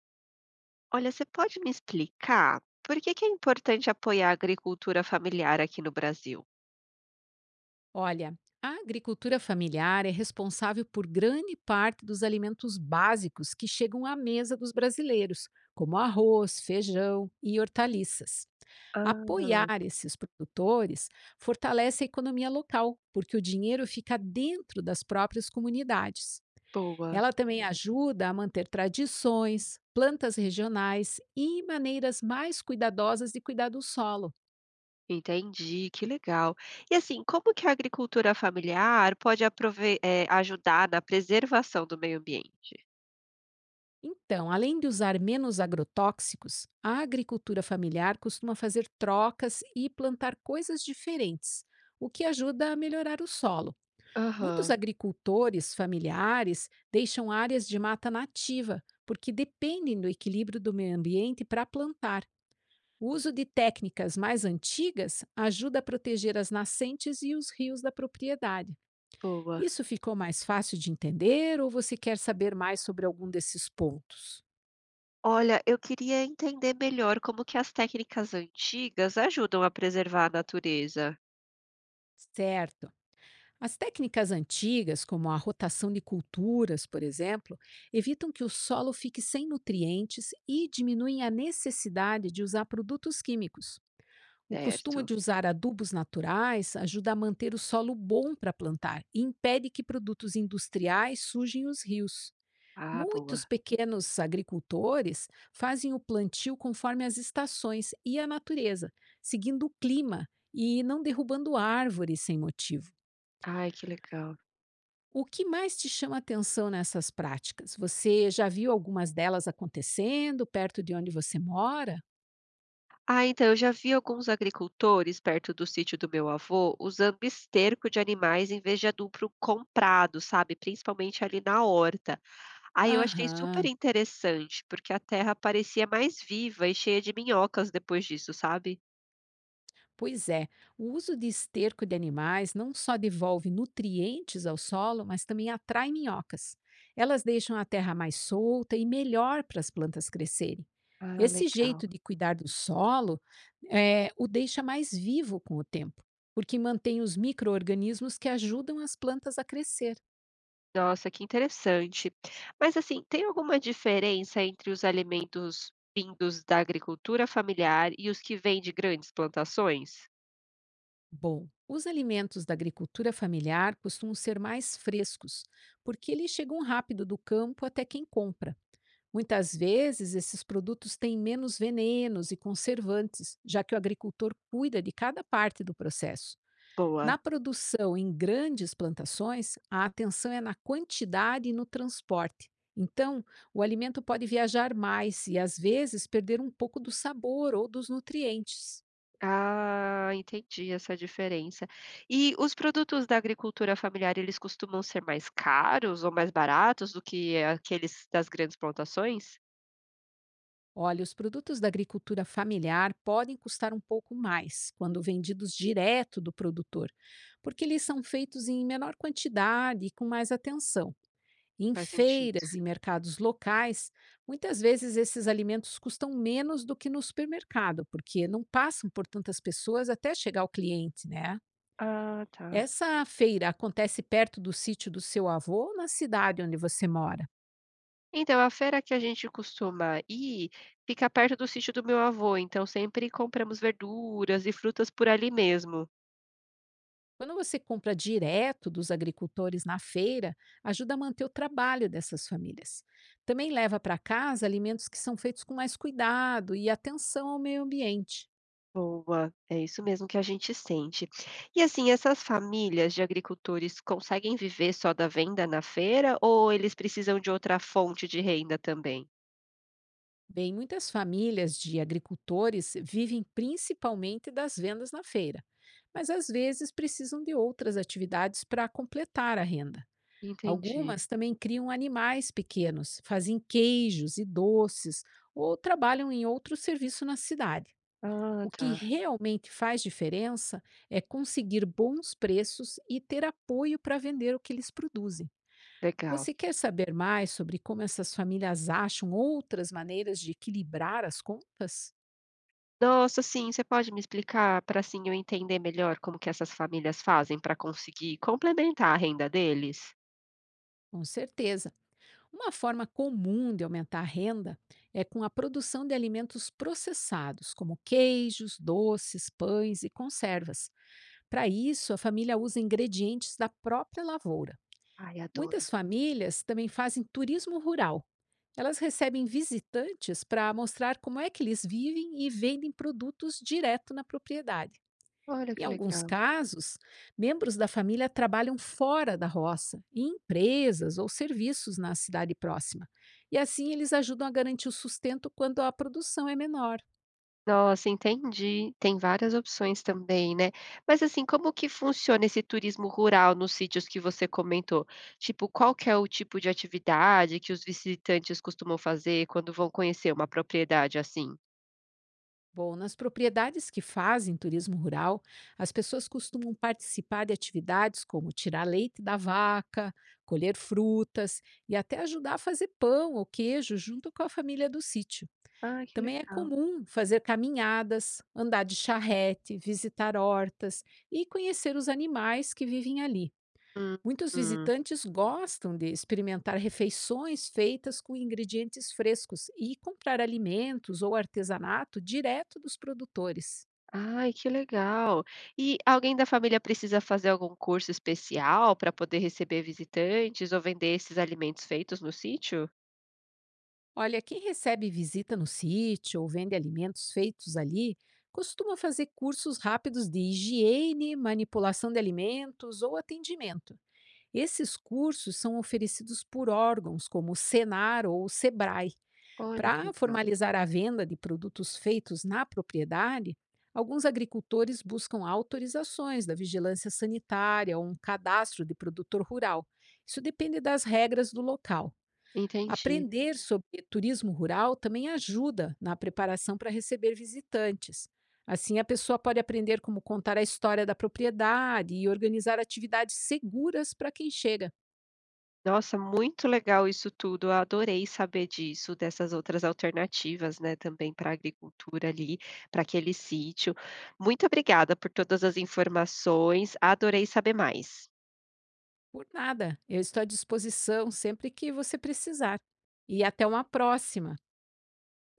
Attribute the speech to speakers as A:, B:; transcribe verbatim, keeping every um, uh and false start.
A: Olha, você pode me explicar por que que é importante apoiar a agricultura familiar aqui no Brasil?
B: Olha, a agricultura familiar é responsável por grande parte dos alimentos básicos que chegam à mesa dos brasileiros, como arroz, feijão e hortaliças.
A: Ah,
B: Apoiar esses produtores fortalece a economia local, porque o dinheiro fica dentro das próprias comunidades.
A: boa.
B: Ela também ajuda a manter tradições, plantas regionais e maneiras mais cuidadosas de cuidar do solo.
A: Entendi, que legal. E assim, como que a agricultura familiar pode aprove- eh, ajudar na preservação do meio ambiente?
B: Então, além de usar menos agrotóxicos, a agricultura familiar costuma fazer trocas e plantar coisas diferentes, o que ajuda a melhorar o solo. Muitos
A: Aham,
B: agricultores familiares deixam áreas de mata nativa, porque dependem do equilíbrio do meio ambiente para plantar. O uso de técnicas mais antigas ajuda a proteger as nascentes e os rios da propriedade.
A: boa.
B: Isso ficou mais fácil de entender ou você quer saber mais sobre algum desses pontos?
A: Olha, eu queria entender melhor como que as técnicas antigas ajudam a preservar a natureza.
B: Certo. As técnicas antigas, como a rotação de culturas, por exemplo, evitam que o solo fique sem nutrientes e diminuem a necessidade de usar produtos químicos. O costume
A: Certo.
B: de usar adubos naturais ajuda a manter o solo bom para plantar e impede que produtos industriais sujem os rios.
A: Ah,
B: Muitos
A: boa.
B: pequenos agricultores fazem o plantio conforme as estações e a natureza, seguindo o clima e não derrubando árvores sem motivo.
A: Ai, que legal.
B: O que mais te chama atenção nessas práticas? Você já viu algumas delas acontecendo perto de onde você mora?
A: Ah, então eu já vi alguns agricultores perto do sítio do meu avô usando esterco de animais em vez de adubo comprado, sabe? Principalmente ali na horta. Aí eu achei super
B: Aham.
A: interessante, porque a terra parecia mais viva e cheia de minhocas depois disso, sabe?
B: Pois é, o uso de esterco de animais não só devolve nutrientes ao solo, mas também atrai minhocas. Elas deixam a terra mais solta e melhor para as plantas crescerem.
A: Ah,
B: Esse
A: legal.
B: jeito de cuidar do solo eh, o deixa mais vivo com o tempo, porque mantém os micro-organismos que ajudam as plantas a crescer.
A: Nossa, que interessante. Mas assim, tem alguma diferença entre os alimentos vindos da agricultura familiar e os que vêm de grandes plantações?
B: Bom, os alimentos da agricultura familiar costumam ser mais frescos, porque eles chegam rápido do campo até quem compra. Muitas vezes, esses produtos têm menos venenos e conservantes, já que o agricultor cuida de cada parte do processo. Na
A: Boa.
B: produção em grandes plantações, a atenção é na quantidade e no transporte. Então, o alimento pode viajar mais e, às vezes, perder um pouco do sabor ou dos nutrientes.
A: Ah, entendi essa diferença. E os produtos da agricultura familiar, eles costumam ser mais caros ou mais baratos do que aqueles das grandes plantações?
B: Olha, os produtos da agricultura familiar podem custar um pouco mais quando vendidos direto do produtor, porque eles são feitos em menor quantidade e com mais atenção. Em
A: Faz sentido.
B: feiras e mercados locais, muitas vezes esses alimentos custam menos do que no supermercado, porque não passam por tantas pessoas até chegar ao cliente, né?
A: Ah, tá.
B: Essa feira acontece perto do sítio do seu avô ou na cidade onde você mora?
A: Então, a feira que a gente costuma ir fica perto do sítio do meu avô, então sempre compramos verduras e frutas por ali mesmo.
B: Quando você compra direto dos agricultores na feira, ajuda a manter o trabalho dessas famílias. Também leva para casa alimentos que são feitos com mais cuidado e atenção ao meio ambiente.
A: Boa, é isso mesmo que a gente sente. E assim, essas famílias de agricultores conseguem viver só da venda na feira ou eles precisam de outra fonte de renda também?
B: Bem, muitas famílias de agricultores vivem principalmente das vendas na feira, mas às vezes precisam de outras atividades para completar a renda.
A: Entendi.
B: Algumas também criam animais pequenos, fazem queijos e doces ou trabalham em outro serviço na cidade.
A: Ah,
B: O
A: tá.
B: que realmente faz diferença é conseguir bons preços e ter apoio para vender o que eles produzem.
A: Legal.
B: Você quer saber mais sobre como essas famílias acham outras maneiras de equilibrar as contas?
A: Nossa, sim, você pode me explicar para assim eu entender melhor como que essas famílias fazem para conseguir complementar a renda deles?
B: Com certeza. Uma forma comum de aumentar a renda é com a produção de alimentos processados, como queijos, doces, pães e conservas. Para isso, a família usa ingredientes da própria lavoura.
A: Ai, adoro.
B: Muitas famílias também fazem turismo rural. Elas recebem visitantes para mostrar como é que eles vivem e vendem produtos direto na propriedade.
A: Olha
B: Em
A: que
B: alguns
A: legal.
B: casos, membros da família trabalham fora da roça, em empresas ou serviços na cidade próxima. E assim eles ajudam a garantir o sustento quando a produção é menor.
A: Nossa, entendi. Tem várias opções também, né. Mas, assim, como que funciona esse turismo rural nos sítios que você comentou? Tipo, qual que é o tipo de atividade que os visitantes costumam fazer quando vão conhecer uma propriedade assim?
B: Bom, nas propriedades que fazem turismo rural, as pessoas costumam participar de atividades como tirar leite da vaca, colher frutas e até ajudar a fazer pão ou queijo junto com a família do sítio.
A: Ah, que
B: Também é
A: legal.
B: comum fazer caminhadas, andar de charrete, visitar hortas e conhecer os animais que vivem ali.
A: Hum.
B: Muitos
A: Hum.
B: visitantes gostam de experimentar refeições feitas com ingredientes frescos e comprar alimentos ou artesanato direto dos produtores.
A: Ai, que legal. E alguém da família precisa fazer algum curso especial para poder receber visitantes ou vender esses alimentos feitos no sítio?
B: Olha, quem recebe visita no sítio ou vende alimentos feitos ali costuma fazer cursos rápidos de higiene, manipulação de alimentos ou atendimento. Esses cursos são oferecidos por órgãos como o Senar ou o Sebrae.
A: Olha que
B: Para
A: legal.
B: formalizar a venda de produtos feitos na propriedade, alguns agricultores buscam autorizações da vigilância sanitária ou um cadastro de produtor rural. Isso depende das regras do local.
A: Entendi.
B: Aprender sobre turismo rural também ajuda na preparação para receber visitantes. Assim, a pessoa pode aprender como contar a história da propriedade e organizar atividades seguras para quem chega.
A: Nossa, muito legal isso tudo. Eu adorei saber disso, dessas outras alternativas, né, também para a agricultura ali, para aquele sítio. Muito obrigada por todas as informações. Adorei saber mais.
B: Por nada, eu estou à disposição sempre que você precisar. E até uma próxima!